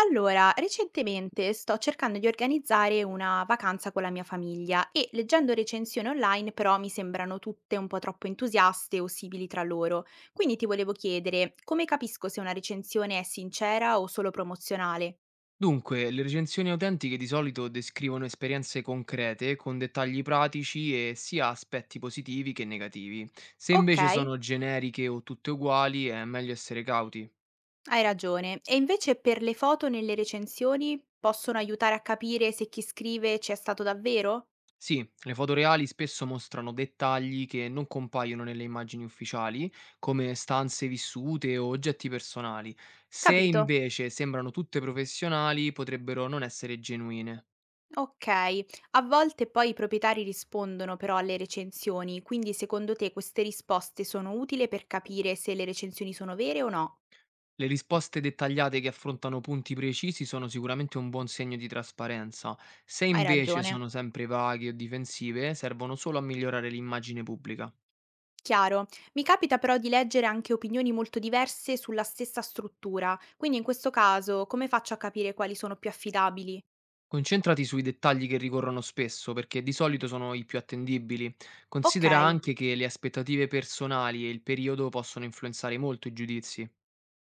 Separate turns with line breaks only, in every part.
Allora, recentemente sto cercando di organizzare una vacanza con la mia famiglia e leggendo recensioni online però mi sembrano tutte un po' troppo entusiaste o simili tra loro. Quindi ti volevo chiedere, come capisco se una recensione è sincera o solo promozionale?
Dunque, le recensioni autentiche di solito descrivono esperienze concrete con dettagli pratici e sia aspetti positivi che negativi. Se invece
Ok,
sono generiche o tutte uguali, è meglio essere cauti.
hai ragione. E invece per le foto nelle recensioni possono aiutare a capire se chi scrive ci è stato davvero?
Sì, le foto reali spesso mostrano dettagli che non compaiono nelle immagini ufficiali, come stanze vissute o oggetti personali. Se
Capito.
invece sembrano tutte professionali, potrebbero non essere genuine.
Okay, a volte poi i proprietari rispondono però alle recensioni, quindi secondo te queste risposte sono utili per capire se le recensioni sono vere o no?
Le risposte dettagliate che affrontano punti precisi sono sicuramente un buon segno di trasparenza. Se
Hai
invece
ragione.
sono sempre vaghe o difensive, servono solo a migliorare l'immagine pubblica.
Chiaro. Mi capita però di leggere anche opinioni molto diverse sulla stessa struttura, quindi in questo caso come faccio a capire quali sono più affidabili?
Concentrati sui dettagli che ricorrono spesso, perché di solito sono i più attendibili.
Ok,
Considera anche che le aspettative personali e il periodo possono influenzare molto i giudizi.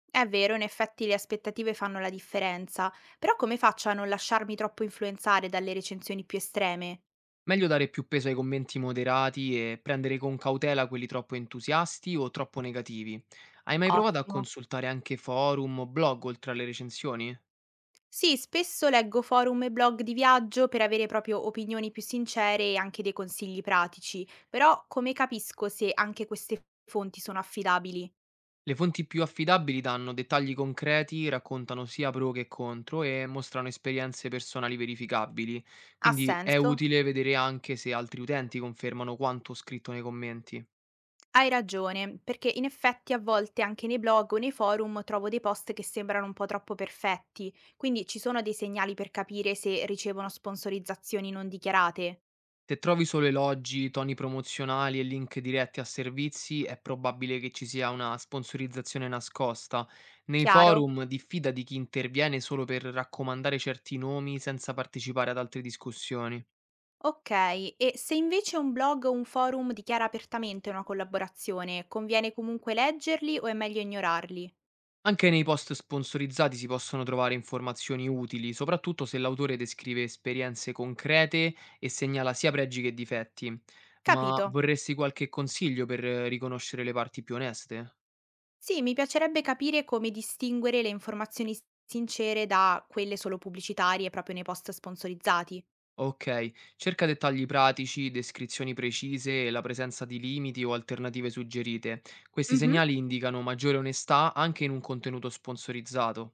è vero, in effetti le aspettative fanno la differenza, però come faccio a non lasciarmi troppo influenzare dalle recensioni più estreme?
Meglio dare più peso ai commenti moderati e prendere con cautela quelli troppo entusiasti o troppo negativi. Hai mai provato a
Ottimo.
consultare anche forum o blog oltre alle recensioni?
Sì, spesso leggo forum e blog di viaggio per avere proprio opinioni più sincere e anche dei consigli pratici, però come capisco se anche queste fonti sono affidabili?
Le fonti più affidabili danno dettagli concreti, raccontano sia pro che contro e mostrano esperienze personali verificabili,
Ha
quindi è
senso?
utile vedere anche se altri utenti confermano quanto scritto nei commenti.
Hai ragione, perché in effetti a volte anche nei blog o nei forum trovo dei post che sembrano un po' troppo perfetti, quindi ci sono dei segnali per capire se ricevono sponsorizzazioni non dichiarate.
Se trovi solo elogi, toni promozionali e link diretti a servizi, è probabile che ci sia una sponsorizzazione nascosta. Nei
Chiaro?
forum diffida di chi interviene solo per raccomandare certi nomi senza partecipare ad altre discussioni.
Okay, e se invece un blog o un forum dichiara apertamente una collaborazione, conviene comunque leggerli o è meglio ignorarli?
Anche nei post sponsorizzati si possono trovare informazioni utili, soprattutto se l'autore descrive esperienze concrete e segnala sia pregi che difetti. Ma
Capito.
vorresti qualche consiglio per riconoscere le parti più oneste?
Sì, mi piacerebbe capire come distinguere le informazioni sincere da quelle solo pubblicitarie proprio nei post sponsorizzati.
Okay, cerca dettagli pratici, descrizioni precise e la presenza di limiti o alternative suggerite. Questi
Mhm.
segnali indicano maggiore onestà anche in un contenuto sponsorizzato.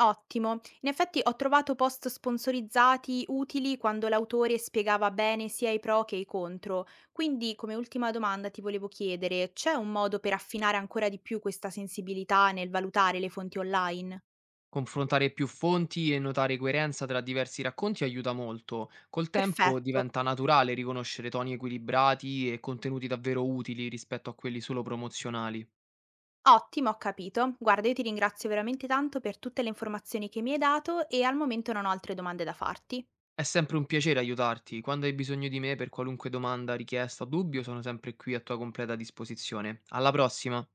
Ottimo. In effetti ho trovato post sponsorizzati utili quando l'autore spiegava bene sia i pro che i contro. Quindi, come ultima domanda, ti volevo chiedere, c'è un modo per affinare ancora di più questa sensibilità nel valutare le fonti online?
Confrontare più fonti e notare coerenza tra diversi racconti aiuta molto. Col tempo
Perfetto.
diventa naturale riconoscere toni equilibrati e contenuti davvero utili rispetto a quelli solo promozionali.
Ottimo, ho capito. Guarda, io ti ringrazio veramente tanto per tutte le informazioni che mi hai dato e al momento non ho altre domande da farti.
È sempre un piacere aiutarti. Quando hai bisogno di me per qualunque domanda, richiesta o dubbio, sono sempre qui a tua completa disposizione. Alla prossima!